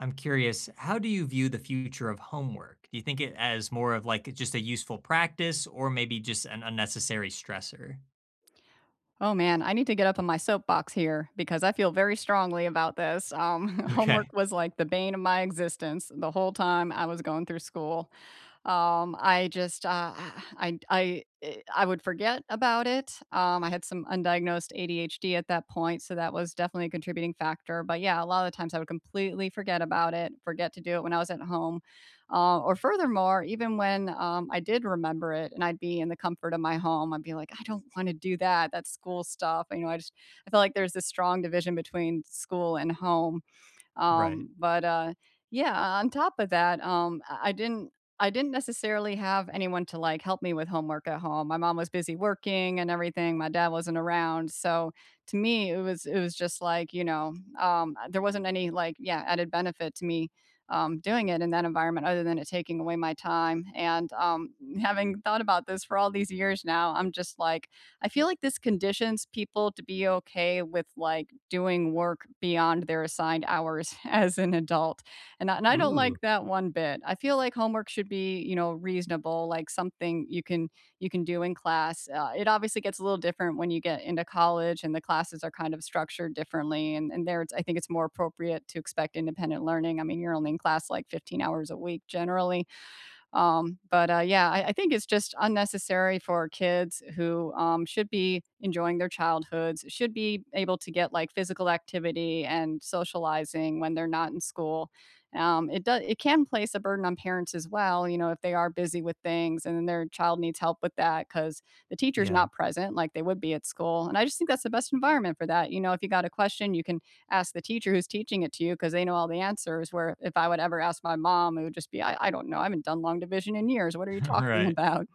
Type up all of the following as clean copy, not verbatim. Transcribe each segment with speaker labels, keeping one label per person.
Speaker 1: I'm curious, how do you view the future of homework? Do you think it as more of like just a useful practice or maybe just an unnecessary stressor?
Speaker 2: Oh man, I need to get up on my soapbox here because I feel very strongly about this. Homework
Speaker 1: Okay.
Speaker 2: was like the bane of my existence the whole time I was going through school. I just, I I would forget about it. I had some undiagnosed ADHD at that point, so that was definitely a contributing factor, but yeah, a lot of the times I would completely forget about it, forget to do it when I was at home. Or furthermore, even when, I did remember it and I'd be in the comfort of my home, I'd be like, "I don't wanna do that, that's school stuff," I just I feel like there's this strong division between school and home,
Speaker 1: Right.
Speaker 2: um, but, uh, yeah, on top of that, I didn't I didn't necessarily have anyone to, like, help me with homework at home. My mom was busy working and everything, my dad wasn't around, so to me, it was just like, there wasn't any, like, yeah, added benefit to me, doing it in that environment other than it taking away my time, and, having thought about this for all these years now, I'm just like, I feel like this conditions people to be okay with like doing work beyond their assigned hours as an adult. And I don't like
Speaker 1: Ooh,
Speaker 2: that one bit. I feel like homework should be, you know, reasonable, like something you can do in class. It obviously gets a little different when you get into college and the classes are kind of structured differently. And there, I think it's more appropriate to expect independent learning. I mean, you're only in class like 15 hours a week generally. But yeah, I think it's just unnecessary for kids who should be enjoying their childhoods, should be able to get like physical activity and socializing when they're not in school. It can place a burden on parents as well, you know, if they are busy with things and then their child needs help with that because the teacher's
Speaker 1: yeah.
Speaker 2: not present like they would be at school. And I just think that's the best environment for that. You know, if you got a question, you can ask the teacher who's teaching it to you because they know all the answers. Where if I would ever ask my mom, it would just be, I don't know, I haven't done long division in years. What are you talking
Speaker 1: Right.
Speaker 2: about?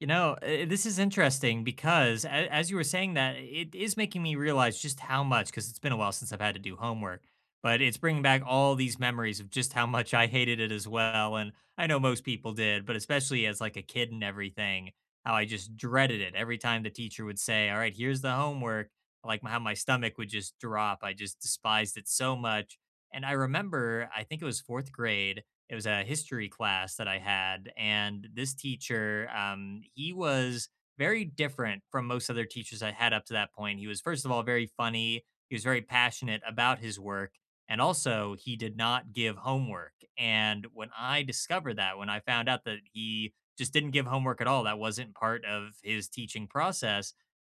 Speaker 1: You know, this is interesting because a as you were saying that, it is making me realize just how much. Because 'cause it's been a while since I've had to do homework, but it's bringing back all these memories of just how much I hated it as well, and I know most people did, but especially as, like, a kid and everything, how I just dreaded it every time the teacher would say, "Alright, here's the homework," like, how my stomach would just drop, I just despised it so much, and I remember, I think it was 4th grade, it was a history class that I had, and this teacher, he was very different from most other teachers I had up to that point. He was, first of all, very funny. He was very passionate about his work, and also he did not give homework. And when I discovered that, when I found out that he just didn't give homework at all, that wasn't part of his teaching process.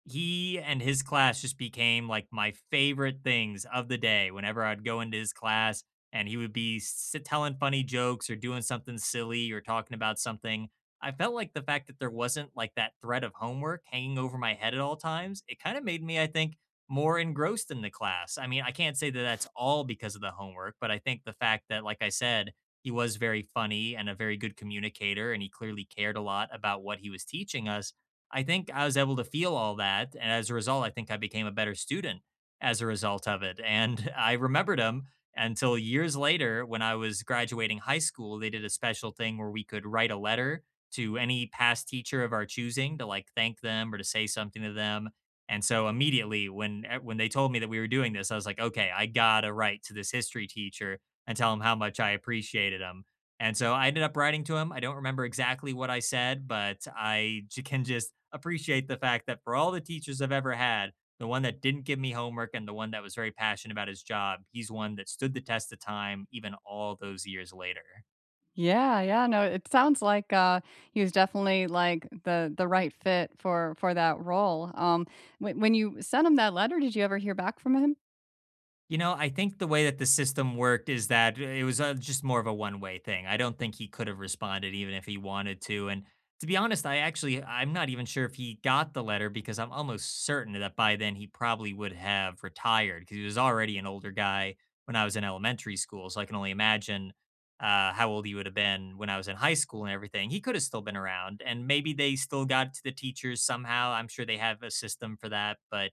Speaker 1: He and his class just became like my favorite things of the day. Whenever I'd go into his class, and he would telling funny jokes or doing something silly or talking about something. I felt like the fact that there wasn't like that threat of homework hanging over my head at all times, it kind of made me, I think, more engrossed in the class. I mean, I can't say that that's all because of the homework, but I think the fact that, like I said, he was very funny and a very good communicator, and he clearly cared a lot about what he was teaching us. I think I was able to feel all that. And as a result, I think I became a better student as a result of it. And I remembered him until years later when I was graduating high school, they did a special thing where we could write a letter to any past teacher of our choosing to like thank them or to say something to them. And so immediately when they told me that we were doing this, I was like, okay, I gotta write to this history teacher and tell him how much I appreciated him. And so I ended up writing to him. I don't remember exactly what I said, but I can just appreciate the fact that for all the teachers I've ever had, the one that didn't give me homework and the one that was very passionate about his job, he's one that stood the test of time even all those years later.
Speaker 2: Yeah, yeah, no, it sounds like he was definitely like the right fit for that role. When you sent him that letter, did you ever hear back from him?
Speaker 1: You know, I think the way that the system worked is that it was just more of a one-way thing. I don't think he could have responded even if he wanted to. And to be honest, I'm not even sure if he got the letter because I'm almost certain that by then he probably would have retired because he was already an older guy when I was in elementary school. So I can only imagine how old he would have been when I was in high school and everything. He could have still been around, and maybe they still got to the teachers somehow. I'm sure they have a system for that, but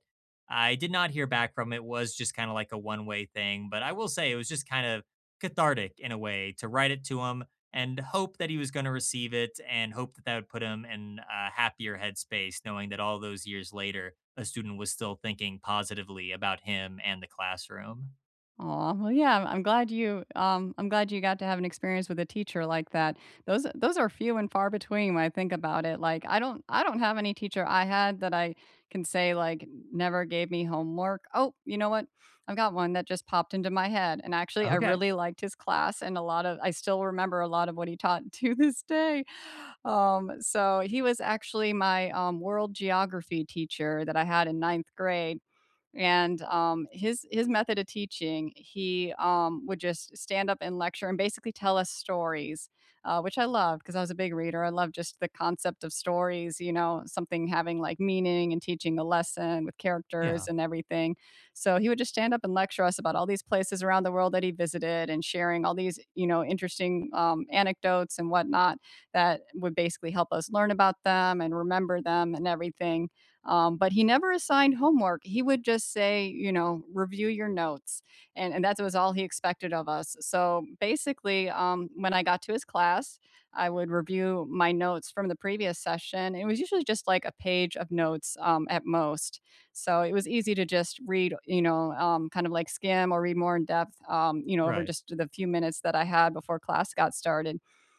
Speaker 1: I did not hear back from it. It was just kinda like a one-way thing, but I will say it was just kind of cathartic in a way to write it to him and hope that he was gonna receive it and hope that that would put him in a happier headspace knowing that all those years later, a student was still thinking positively about him and the classroom.
Speaker 2: Aw, well, yeah, I'm glad you got to have an experience with a teacher like that. Those are few and far between when I think about it. Like, I don't have any teacher I had that I can say like never gave me homework. Oh, you know what? I've got one that just popped into my head, and actually, I
Speaker 1: Okay.
Speaker 2: really liked his class, and a lot of I still remember a lot of what he taught to this day. So he was actually my world geography teacher that I had in ninth grade, and his method of teaching he would just stand up and lecture and basically tell us stories which I loved because I was a big reader I loved just the concept of stories you know something having like meaning and teaching a lesson with characters
Speaker 1: Yeah.
Speaker 2: and everything so he would just stand up and lecture us about all these places around the world that he visited and sharing all these you know interesting anecdotes and whatnot that would basically help us learn about them and remember them and everything but he never assigned homework. He would just say, you know, review your notes. And that was all he expected of us. So basically, when I got to his class, I would review my notes from the previous session. It was usually just like a page of notes at most. So it was easy to just read, kind of like skim or read more in depth, you know, over
Speaker 1: Right.
Speaker 2: just the few minutes that I had before class got started.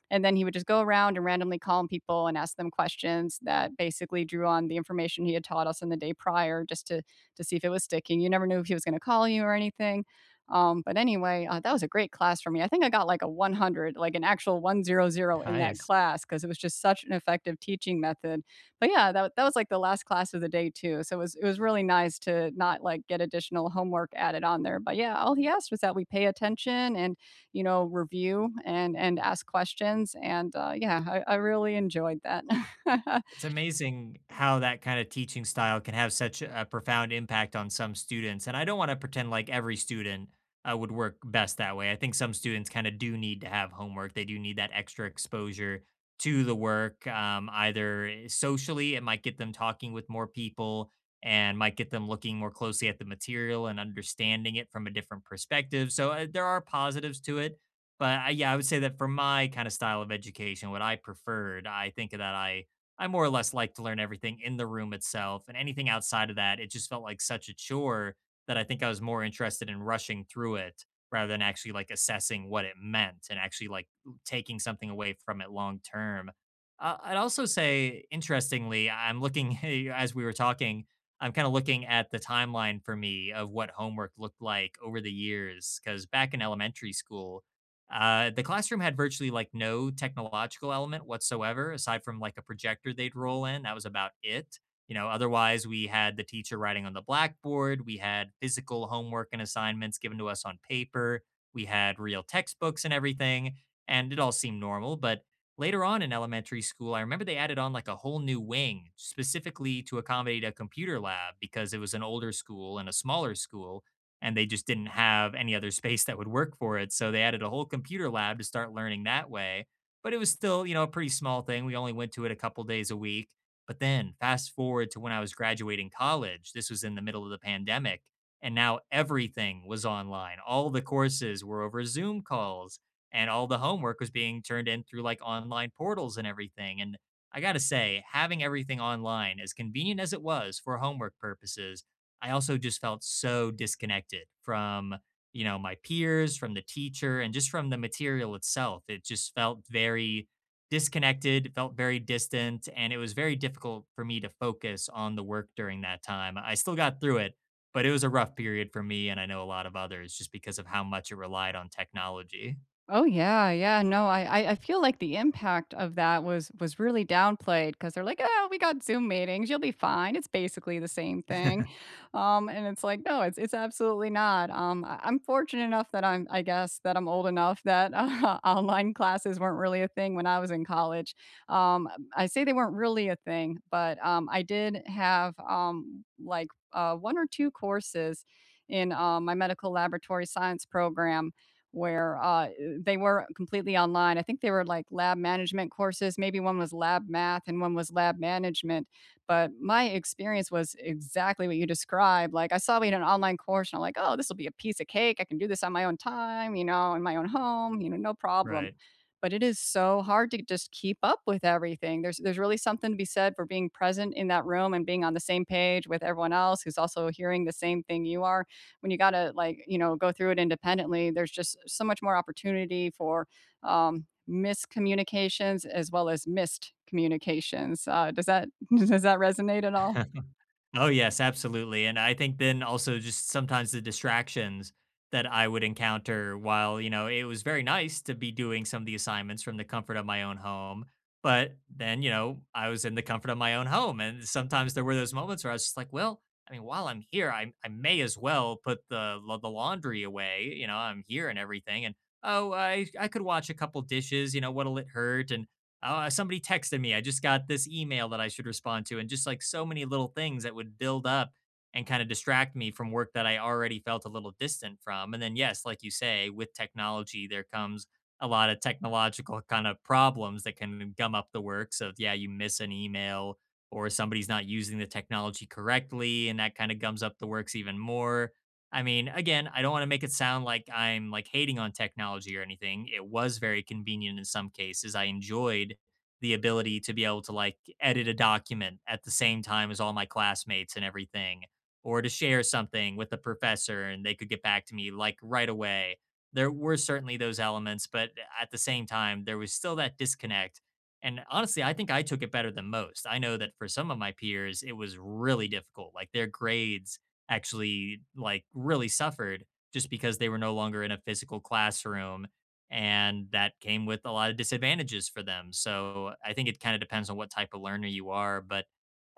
Speaker 2: And then he would just go around and randomly call on people and ask them questions that basically drew on the information he had taught us in the day prior just to see if it was sticking. You never knew if he was going to call you or anything. But anyway, that was a great class for me. I think I got like a 100, like an actual 100 in that
Speaker 1: Nice.
Speaker 2: class because it was just such an effective teaching method. But yeah, that was like the last class of the day too. So it was really nice to not like get additional homework added on there. But yeah, all he asked was that we pay attention and you know, review and ask questions. And yeah, I really enjoyed that.
Speaker 1: It's amazing how that kind of teaching style can have such a profound impact on some students. And I don't want to pretend like every student would work best that way. I think some students kind of do need to have homework, they do need that extra exposure to the work. Either socially, it might get them talking with more people and might get them looking more closely at the material and understanding it from a different perspective. So there are positives to it. But yeah, I would say that for my kind of style of education, what I preferred, I think that I more or less like to learn everything in the room itself, and anything outside of that, it just felt like such a chore that I think I was more interested in rushing through it rather than actually like assessing what it meant and actually like taking something away from it long term. I'd also say, interestingly, I'm looking as we were talking, I'm kind of looking at the timeline for me of what homework looked like over the years. Because back in elementary school, the classroom had virtually like no technological element whatsoever, aside from like a projector they'd roll in. That was about it. You know, otherwise we had the teacher writing on the blackboard. We had physical homework and assignments given to us on paper. We had real textbooks and everything, and it all seemed normal. But later on in elementary school, I remember they added on like a whole new wing specifically to accommodate a computer lab because it was an older school and a smaller school and they just didn't have any other space that would work for it. So they added a whole computer lab to start learning that way. But it was still, you know, a pretty small thing. We only went to it a couple days a week. But then fast forward to when I was graduating college, this was in the middle of the pandemic. And now everything was online. All the courses were over Zoom calls and all the homework was being turned in through like online portals and everything. And I got to say, having everything online, as convenient as it was for homework purposes, I also just felt so disconnected from, you know, my peers, from the teacher, and just from the material itself. It just felt very disconnected, felt very distant, and it was very difficult for me to focus on the work during that time. I still got through it, but it was a rough period for me and I know a lot of others just because of how much it relied on technology.
Speaker 2: Oh yeah, yeah. No, I feel like the impact of that was really downplayed because they're like, "Oh, we got Zoom meetings. You'll be fine. It's basically the same thing." And it's like, no, it's absolutely not. I'm fortunate enough that I'm, I guess, that I'm old enough that online classes weren't really a thing when I was in college. Um, I say they weren't really a thing, but I did have one or two courses in my medical laboratory science program where they were completely online. I think they were like lab management courses. Maybe one was lab math and one was lab management. But my experience was exactly what you described. Like I saw we had an online course and I'm like, oh, this will be a piece of cake. I can do this on my own time, you know, in my own home, you know, no problem.
Speaker 1: Right.
Speaker 2: But it is so hard to just keep up with everything. There's really something to be said for being present in that room and being on the same page with everyone else who's also hearing the same thing you are when you got to like you know go through it independently there's just so much more opportunity for miscommunications as well as missed communications does that does that resonate at all
Speaker 1: Oh, yes, absolutely, and I think then also just sometimes the distractions that I would encounter while, you know, it was very nice to be doing some of the assignments from the comfort of my own home, but then, you know, I was in the comfort of my own home, and sometimes there were those moments where I was just like, "Well, I mean, while I'm here, I may as well put the laundry away, you know, I'm here and everything, and, oh, I could watch a couple dishes, you know, what'll it hurt?" and somebody texted me. I just got this email that I should respond to, and just like so many little things that would build up and kind of distract me from work that I already felt a little distant from. And then, yes, like you say, with technology, there comes a lot of technological kind of problems that can gum up the works of, yeah, you miss an email or somebody's not using the technology correctly, and that kind of gums up the works even more. I mean, again, I don't want to make it sound like I'm like hating on technology or anything. It was very convenient in some cases. I enjoyed the ability to be able to like edit a document at the same time as all my classmates and everything, or to share something with the professor and they could get back to me like right away. There were certainly those elements, but at the same time, there was still that disconnect. And honestly, I think I took it better than most. I know that for some of my peers, it was really difficult. Like their grades actually like really suffered just because they were no longer in a physical classroom and that came with a lot of disadvantages for them. So I think it kind of depends on what type of learner you are, but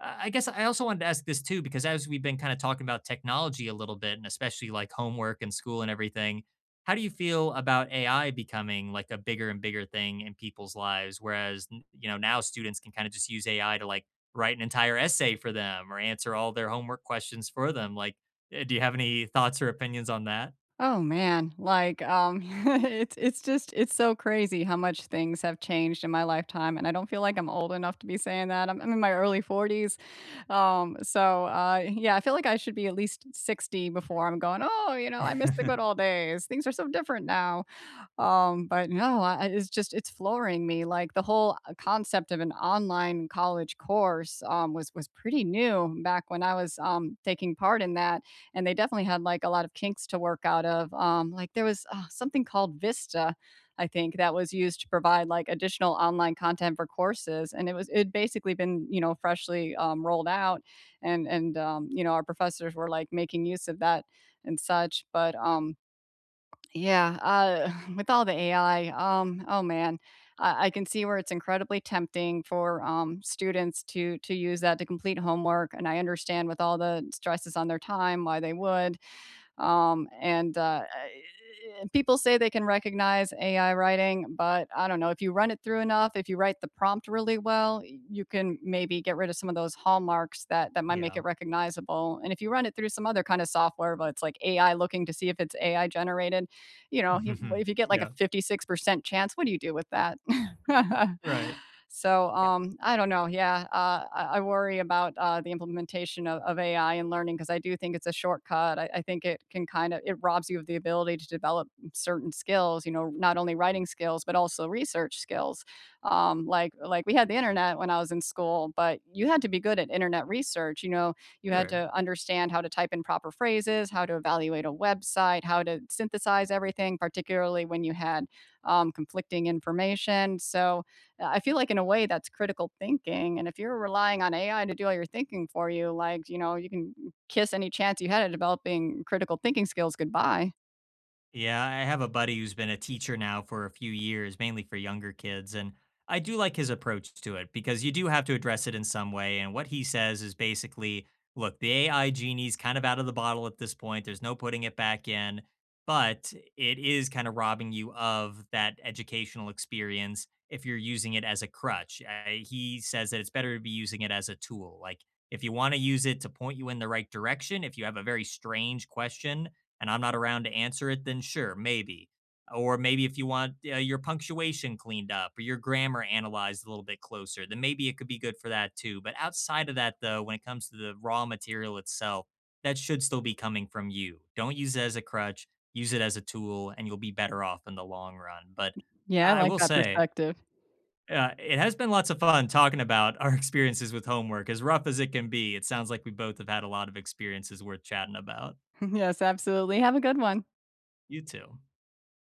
Speaker 1: I guess I also wanted to ask this too because as we've been kind of talking about technology a little bit and especially like homework and school and everything, how do you feel about AI becoming like a bigger and bigger thing in people's lives whereas you know now students can kind of just use AI to like write an entire essay for them or answer all their homework questions for them. Like, do you have any thoughts or opinions on that?
Speaker 2: Oh man, like it's so crazy how much things have changed in my lifetime and I don't feel like I'm old enough to be saying that. I'm in my early 40s. Yeah, I feel like I should be at least 60 before I'm going, "Oh, you know, I miss the good old days. Things are so different now." But no, I it's just it's flooring me, like, concept of an online college course, was pretty new back when I was, taking part in that, and they definitely had, like, a lot of kinks to work out of, like, there was, something called Vista, I think, that was used to provide, like, additional online content for courses, and it basically been, you know, freshly, rolled out, and you know, our professors were, like, making use of that and such, but yeah, with all the AI, oh man, I can see where it's incredibly tempting for students to use that to complete homework, and I understand with all the stresses on their time why they would. And people say they can recognize AI writing, but I don't know. If you run it through enough, if you write the prompt really well, you can maybe get rid of some of those hallmarks that that might make it
Speaker 1: Yeah.
Speaker 2: recognizable. And if you run it through some other kind of software, but it's like AI looking to see if it's AI generated, if you get like a
Speaker 1: Yeah.
Speaker 2: 56% chance, what do you do with that?
Speaker 1: Right.
Speaker 2: So
Speaker 1: Yeah,
Speaker 2: I don't know. Yeah, I worry about the implementation of AI and learning because I do think it's a shortcut. I think it robs you of the ability to develop certain skills. You know, not only writing skills but also research skills. Like we had the internet when I was in school, but you had to be good at internet research. You know, you had
Speaker 1: sure.
Speaker 2: to understand how to type in proper phrases, how to evaluate a website, how to synthesize everything, particularly when you had conflicting information. So I feel like in a way that's critical thinking, and if you're relying on AI to do all your thinking for you, like, you know, you can kiss any chance you had at developing critical thinking skills goodbye.
Speaker 1: Yeah, I have a buddy who's been a teacher now for a few years, mainly for younger kids. And I do like his approach to it because you do have to address it in some way. And what he says is basically look, the AI genie's kind of out of the bottle at this point. There's no putting it back in, but it is kind of robbing you of that educational experience if you're using it as a crutch. He says that it's better to be using it as a tool. Like if you want to use it to point you in the right direction, if you have a very strange question, and I'm not around to answer it, then sure, maybe. Or maybe if you want your punctuation cleaned up or your grammar analyzed a little bit closer, then maybe it could be good for that too. But outside of that, though, when it comes to the raw material itself, that should still be coming from you. Don't use it as a crutch, use it as a tool, and you'll be better off in the long run. But
Speaker 2: Yeah, I
Speaker 1: I
Speaker 2: like
Speaker 1: will
Speaker 2: that
Speaker 1: say,
Speaker 2: perspective.
Speaker 1: it has been lots of fun talking about our experiences with homework. As rough as it can be, it sounds like we both have had a lot of experiences worth chatting about.
Speaker 2: Yes, absolutely. Have a good one.
Speaker 1: You too.